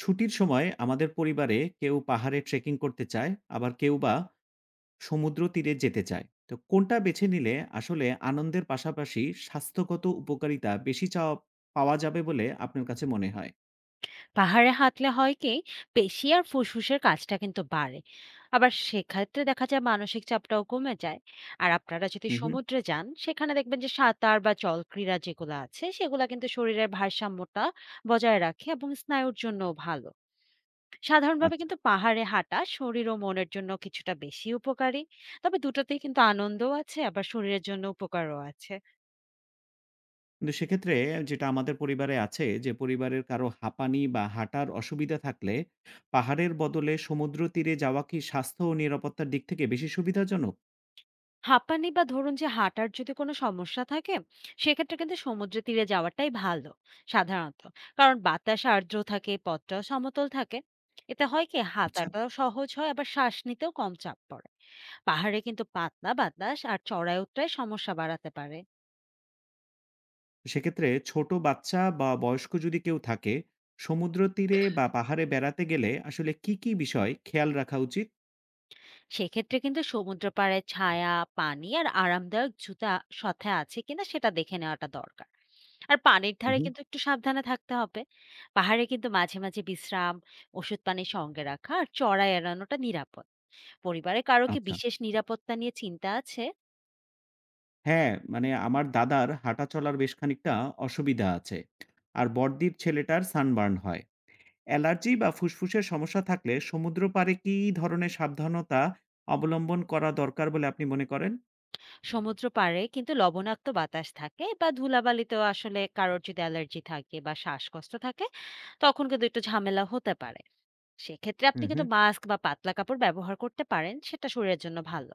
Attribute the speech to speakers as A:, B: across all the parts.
A: ছুটির সময় আমাদের পরিবারে কেউ পাহাড়ে ট্রেকিং করতে চায়, আবার কেউ বা সমুদ্র তীরে যেতে চায়। তো কোনটা বেছে নিলে আসলে আনন্দের পাশাপাশি স্বাস্থ্যগত উপকারিতা বেশি চাওয়া পাওয়া যাবে বলে আপনার কাছে মনে হয়?
B: পাহাড়ে হাঁটলে হয় কি পেশি আর ফুসফুসের কাজটা কিন্তু বাড়ে। আবার সেক্ষেত্রে দেখা যায় মানসিক চাপটাও কমে যায়। আর আপনারা যদি
A: হুম, হুম।
B: সমুদ্রে যান সেখানে দেখবেন যে সাঁতার বা জলক্রীড়া যেগুলো আছে সেগুলো কিন্তু শরীরের ভারসাম্যটা বজায় রাখে এবং স্নায়ুর জন্য ভালো। সাধারণভাবে
A: আচ্ছা।
B: কিন্তু পাহাড়ে হাঁটা শরীর ও মনের জন্য কিছুটা বেশি উপকারী। তবে দুটোতেই কিন্তু আনন্দও আছে, আবার শরীরের জন্য উপকারও আছে।
A: কিন্তু সেক্ষেত্রে যেটা আমাদের পরিবারে আছে, যে পরিবারের কারো হাঁপানি বা হাঁটার অসুবিধা থাকলে পাহাড়ের বদলে সমুদ্র তীরে যাওয়া কি স্বাস্থ্য ও নিরাপত্তার দিক থেকে বেশি সুবিধাজনক?
B: হাঁপানি বা ধরুন যে হাঁটার যদি কোনো সমস্যা থাকে, সেক্ষেত্রে কিন্তু সমুদ্র তীরে যাওয়াটাই ভালো সাধারণত। কারণ বাতাস আর্দ্র থাকে, পথটাও সমতল থাকে। এতে হয় কি
A: আচ্ছা।
B: হাঁটাটাও সহজ হয়, আবার শ্বাস নিতেও কম চাপ পড়ে। পাহাড়ে কিন্তু পাতলা বাতাস আর চড়াই উতরাই সমস্যা বাড়াতে পারে।
A: সেক্ষেত্রে ছোট বাচ্চা বা বয়স্ক যদি কেউ থাকে, সমুদ্র তীরে বা পাহাড়ে বেড়াতে গেলে আসলে কি কি বিষয় খেয়াল রাখা উচিত?
B: সেক্ষেত্রে কিন্তু সমুদ্র পাড়ে ছায়া, পানি আর আরামদায়ক জুতা সাথে আছে কিনা সেটা দেখে নেওয়াটা দরকার। আর পানির
A: হুম,
B: ধারে
A: হুম।
B: কিন্তু একটু সাবধানে থাকতে হবে। পাহাড়ে কিন্তু মাঝে, মাঝে বিশ্রাম, ওষুধ পানি সঙ্গে রাখা আর চড়াই এড়ানোটা নিরাপদ। পরিবারে কারো কি
A: আচ্ছা।
B: বিশেষ নিরাপত্তা নিয়ে চিন্তা আছে?
A: হ্যাঁ, মানে আমার দাদার হাঁটা চলার বেশ খানিকটা অসুবিধা আছে, আর বড়দির ছেলেটার সানবার্ন হয়। অ্যালার্জি বা ফুসফুসের সমস্যা থাকলে সমুদ্র পাড়ে কি ধরনের সাবধানতা অবলম্বন করা দরকার বলে আপনি মনে করেন?
B: সমুদ্র পাড়ে কিন্তু লবণাক্ত বাতাস থাকে বা ধুলাবালিতেও আসলে কারোর যদি অ্যালার্জি থাকে বা শ্বাসকষ্ট থাকে, তখন কিন্তু একটু ঝামেলা হতে পারে। সেক্ষেত্রে আপনি
A: হুম,
B: কিন্তু
A: হুম।
B: মাস্ক বা পাতলা কাপড় ব্যবহার করতে পারেন, সেটা শরীরের জন্য ভালো।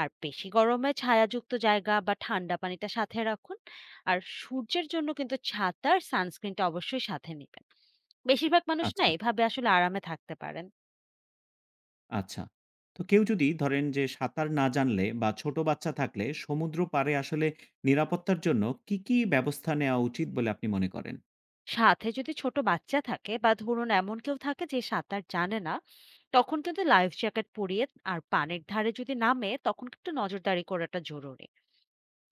B: আর বেশি গরমে ছায়াযুক্ত জায়গা বা ঠান্ডা পানিটা সাথে রাখুন। আর সূর্যের জন্য কিন্তু ছাতা আর সানস্ক্রিনটা অবশ্যই সাথে নেবেন। বেশিরভাগ মানুষ না
A: আচ্ছা।
B: এভাবে আসলে আরামে থাকতে পারেন।
A: আচ্ছা। তো কেউ যদি ধরেন যে সাঁতার না জানলে বা ছোট বাচ্চা থাকলে সমুদ্র পাড়ে আসলে নিরাপত্তার জন্য কি, কি ব্যবস্থা নেওয়া উচিত বলে আপনি মনে করেন?
B: সাথে যদি ছোট বাচ্চা থাকে বা ধরুন এমন কেউ থাকে যে সাঁতার জানে না, তখন কিন্তু লাইফ জ্যাকেট পরিয়ে আর পানির ধারে যদি নামে তখন কিন্তু নজরদারি করাটা জরুরি।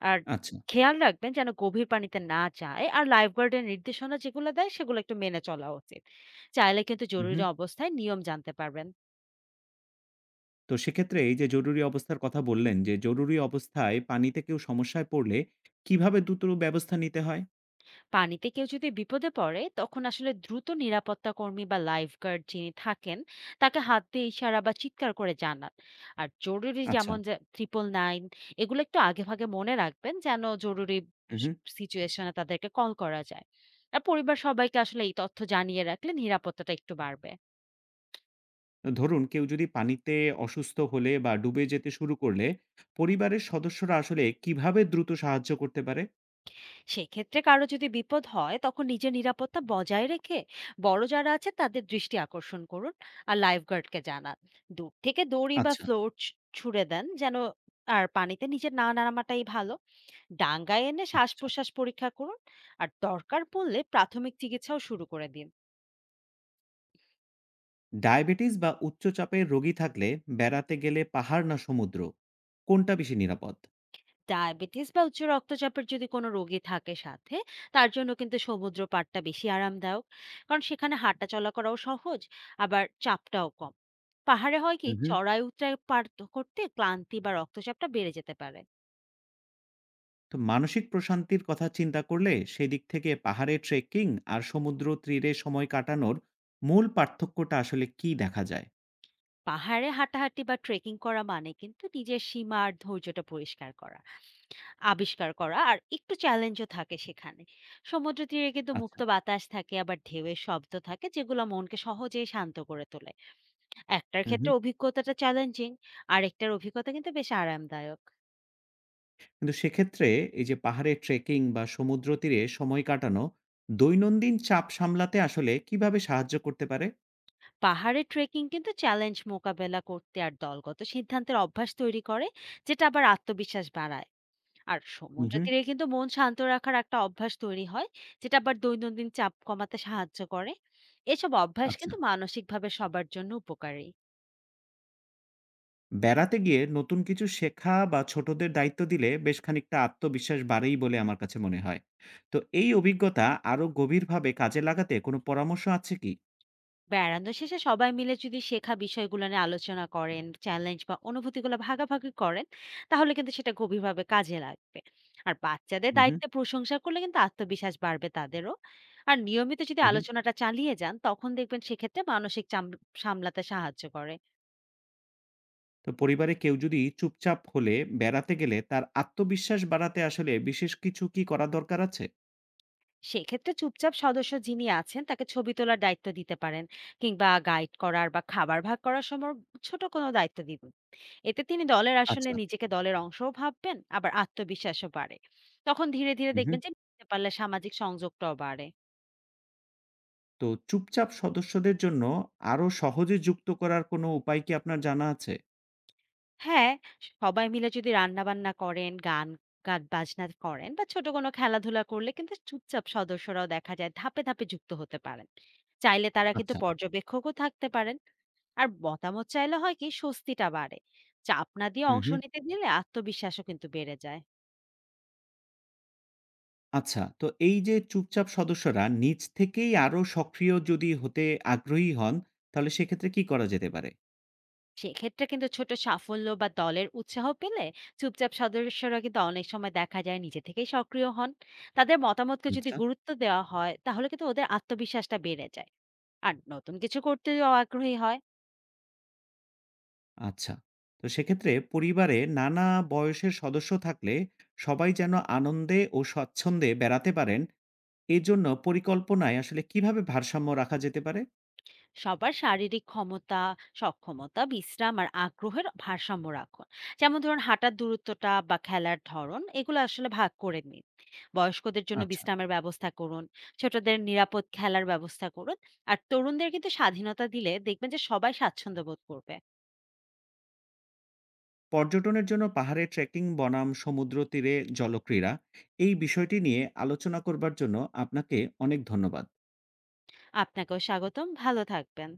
B: আর
A: আচ্ছা।
B: খেয়াল রাখবেন যেন গভীর পানিতে না যায়, আর লাইফ গার্ডের নির্দেশনা যেগুলো দেয় সেগুলো একটু মেনে চলা উচিত। চাইলে কিন্তু জরুরি
A: উহু।
B: অবস্থায় নিয়ম জানতে পারবেন।
A: তো সেক্ষেত্রে এই যে জরুরি অবস্থার কথা বললেন, যে জরুরি অবস্থায় পানিতে কেউ সমস্যায় পড়লে কিভাবে দ্রুত ব্যবস্থা নিতে হয়?
B: পানিতে কেউ যদি বিপদে পড়ে তখন আসলে দ্রুত নিরাপত্তা কর্মী বা লাইফ গার্ড যিনি থাকেন তাকে হাত দিয়ে ইশারা বা চিৎকার করে জানান। আর জরুরি,
A: আচ্ছা।
B: যেমন 999, এগুলো একটু আগে ভাগে মনে রাখবেন যেন জরুরি
A: উহু।
B: সিচুয়েশনে তাদেরকে কল করা যায়। আর পরিবার সবাইকে আসলে এই তথ্য জানিয়ে রাখলে নিরাপত্তাটা একটু বাড়বে।
A: ধরুন কেউ যদি পানিতে অসুস্থ হলে বা ডুবে যেতে শুরু করলে পরিবারের সদস্যরা আসলে কিভাবে দ্রুত সাহায্য করতে পারে?
B: সেক্ষেত্রে কারো যদি বিপদ হয় তখন নিজের নিরাপত্তা বজায় রেখে বড় যারা আছে তাদের দৃষ্টি আকর্ষণ করুন আর লাইফগার্ডকে জানান। দূর থেকে দড়ি বা
A: আচ্ছা।
B: ফ্লোর ছুড়ে দেন যেন। আর পানিতে নিজের না নামাটাই ভালো। ডাঙ্গায় এনে শ্বাস
A: আচ্ছা।
B: প্রশ্বাস পরীক্ষা করুন। আর দরকার পড়লে প্রাথমিক চিকিৎসাও শুরু করে দিন।
A: ডায়াবেটিস বা উচ্চ চাপের রোগী থাকলে বেড়াতে গেলে পাহাড় না সমুদ্র, কোনটা বেশি নিরাপদ?
B: ডায়াবেটিস বা উচ্চ রক্তচাপের যদি কোনো রোগী থাকে সাথে, তার জন্য কিন্তু সমুদ্র পাড়টা বেশি আরামদায়ক। কারণ সেখানে হাঁটা চলা করাও সহজ, আবার চাপটাও কম। পাহাড়ে হয় কি
A: হুম।
B: চড়াই উতরাই পার তো করতে ক্লান্তি বা রক্তচাপটা বেড়ে যেতে পারে।
A: তো মানসিক প্রশান্তির কথা চিন্তা করলে সেদিক থেকে পাহাড়ে ট্রেকিং আর সমুদ্র তীরে সময় কাটানোর মূল পার্থক্যটা আসলে কি দেখা যায়?
B: পাহাড়ে হাঁটাহাঁটি বা ট্রেকিং করা মানে কিন্তু নিজের সীমা আর ধৈর্যটা পরিষ্কার করা, আবিষ্কার করা, আর একটু চ্যালেঞ্জও থাকে সেখানে। সমুদ্র তীরে কিন্তু
A: আচ্ছা।
B: মুক্ত বাতাস থাকে, আবার ঢেউয়ের শব্দ থাকে যেগুলো মনকে সহজেই শান্ত করে তোলে। একটার
A: হুম,
B: ক্ষেত্রে
A: হুম।
B: অভিজ্ঞতাটা চ্যালেঞ্জিং, আরেকটার অভিজ্ঞতা কিন্তু বেশ আরামদায়ক।
A: কিন্তু সেক্ষেত্রে এই যে পাহাড়ে ট্রেকিং বা সমুদ্র তীরে সময় কাটানো দৈনন্দিন চাপ সামলাতে আসলে কিভাবে সাহায্য করতে পারে?
B: পাহাড়ে ট্রেকিং কিন্তু চ্যালেঞ্জ মোকাবেলা করতে আর দলগত সিদ্ধান্তের অভ্যাস তৈরি করে, যেটা আবার আত্মবিশ্বাস বাড়ায়। আর
A: হুম,
B: সমুদ্র
A: হুম।
B: তীরে কিন্তু মন শান্ত রাখার একটা অভ্যাস তৈরি হয়, যেটা আবার দৈনন্দিন চাপ কমাতে সাহায্য করে। এসব অভ্যাস
A: আচ্ছা।
B: কিন্তু মানসিকভাবে সবার জন্য উপকারী।
A: বেড়াতে গিয়ে নতুন কিছু শেখা বা ছোটদের দায়িত্ব দিলে বেশ খানিকটা আত্মবিশ্বাস বাড়েই বলে আমার কাছে মনে হয়। তো এই অভিজ্ঞতা আরো গভীরভাবে কাজে লাগাতে কোনো পরামর্শ আছে কি?
B: বেড়ানো শেষে সবাই মিলে যদি শেখা বিষয়গুলো নিয়ে আলোচনা করেন, চ্যালেঞ্জ বা অনুভূতিগুলো ভাগাভাগি করেন, তাহলে কিন্তু সেটা গভীরভাবে কাজে লাগবে। আর বাচ্চাদের
A: হুম, হুম।
B: দায়িত্বে প্রশংসা করলে কিন্তু আত্মবিশ্বাস বাড়বে তাদেরও। আর নিয়মিত যদি
A: হুম, হুম।
B: আলোচনাটা চালিয়ে যান তখন দেখবেন সেক্ষেত্রে মানসিক সামলাতে সাহায্য করে।
A: তো পরিবারে কেউ যদি চুপচাপ হলে বেড়াতে গেলে তার আত্মবিশ্বাস বাড়াতে আসলে বিশেষ কিছু কি করা দরকার আছে?
B: সেক্ষেত্রে চুপচাপ সদস্য যিনি আছেন তাকে ছবি তোলার দায়িত্ব দিতে পারেন, কিংবা গাইড করার বা খাবার ভাগ করার সময় ছোট কোনো দায়িত্ব দিতে। এতে তিনি দলের আসলে
A: আচ্ছা।
B: নিজেকে দলের অংশও ভাববেন, আবার আত্মবিশ্বাসও বাড়ে। তখন ধীরে, ধীরে
A: হুম,
B: দেখবেন
A: হুম।
B: যে মিশতে পারলে সামাজিক সংযোগটাও বাড়ে।
A: তো চুপচাপ সদস্যদের জন্য আরো সহজে যুক্ত করার কোনো উপায় কি আপনার জানা আছে?
B: হ্যাঁ, সবাই মিলে যদি রান্নাবান্না করেন, গান গান বাজনা করেন বা ছোট কোনো খেলাধুলা করলে কিন্তু চুপচাপ সদস্যরাও দেখা যায় ধাপে, ধাপে যুক্ত হতে পারেন। চাইলে তারা কিন্তু
A: আচ্ছা।
B: পর্যবেক্ষকও থাকতে পারেন। আর মতামত চাইলে হয় কি স্বস্তিটা বাড়ে। চাপ না দিয়ে
A: হুম,
B: অংশ
A: হুম।
B: নিতে দিলে আত্মবিশ্বাসও কিন্তু বেড়ে যায়।
A: আচ্ছা, তো এই যে চুপচাপ সদস্যরা নিজ থেকেই আরো সক্রিয় যদি হতে আগ্রহী হন, তাহলে সেক্ষেত্রে কি করা যেতে পারে?
B: সেক্ষেত্রে কিন্তু ছোট সাফল্য বা দলের উৎসাহ পেলে চুপচাপ সদস্যরা কিন্তু অনেক সময় দেখা যায় নিজে থেকেই সক্রিয় হন। তাদের মতামতকে যদি
A: আচ্ছা।
B: গুরুত্ব দেওয়া হয় তাহলে কিন্তু ওদের আত্মবিশ্বাসটা বেড়ে যায়, আর নতুন কিছু করতেও আগ্রহী হয়।
A: আচ্ছা। তো সেক্ষেত্রে পরিবারে নানা বয়সের সদস্য থাকলে সবাই যেন আনন্দে ও স্বচ্ছন্দে বেড়াতে পারেন, এজন্য পরিকল্পনায় আসলে কিভাবে ভারসাম্য রাখা যেতে পারে?
B: সবার শারীরিক ক্ষমতা, সক্ষমতা, বিশ্রাম আর আগ্রহের ভারসাম্য রাখুন। যেমন ধরুন হাঁটার দূরত্বটা বা খেলার ধরন, এগুলো আসলে ভাগ করে নিন। বয়স্কদের জন্য
A: আচ্ছা।
B: বিশ্রামের ব্যবস্থা করুন, ছোটদের নিরাপদ খেলার ব্যবস্থা করুন, আর তরুণদের কিন্তু স্বাধীনতা দিলে দেখবেন যে সবাই স্বাচ্ছন্দ্য বোধ করবে।
A: পর্যটনের জন্য পাহাড়ে ট্রেকিং বনাম সমুদ্র তীরে জলক্রীড়া, এই বিষয়টি নিয়ে আলোচনা করবার জন্য আপনাকে অনেক ধন্যবাদ।
B: আপনাকেও স্বাগতম, ভালো থাকবেন।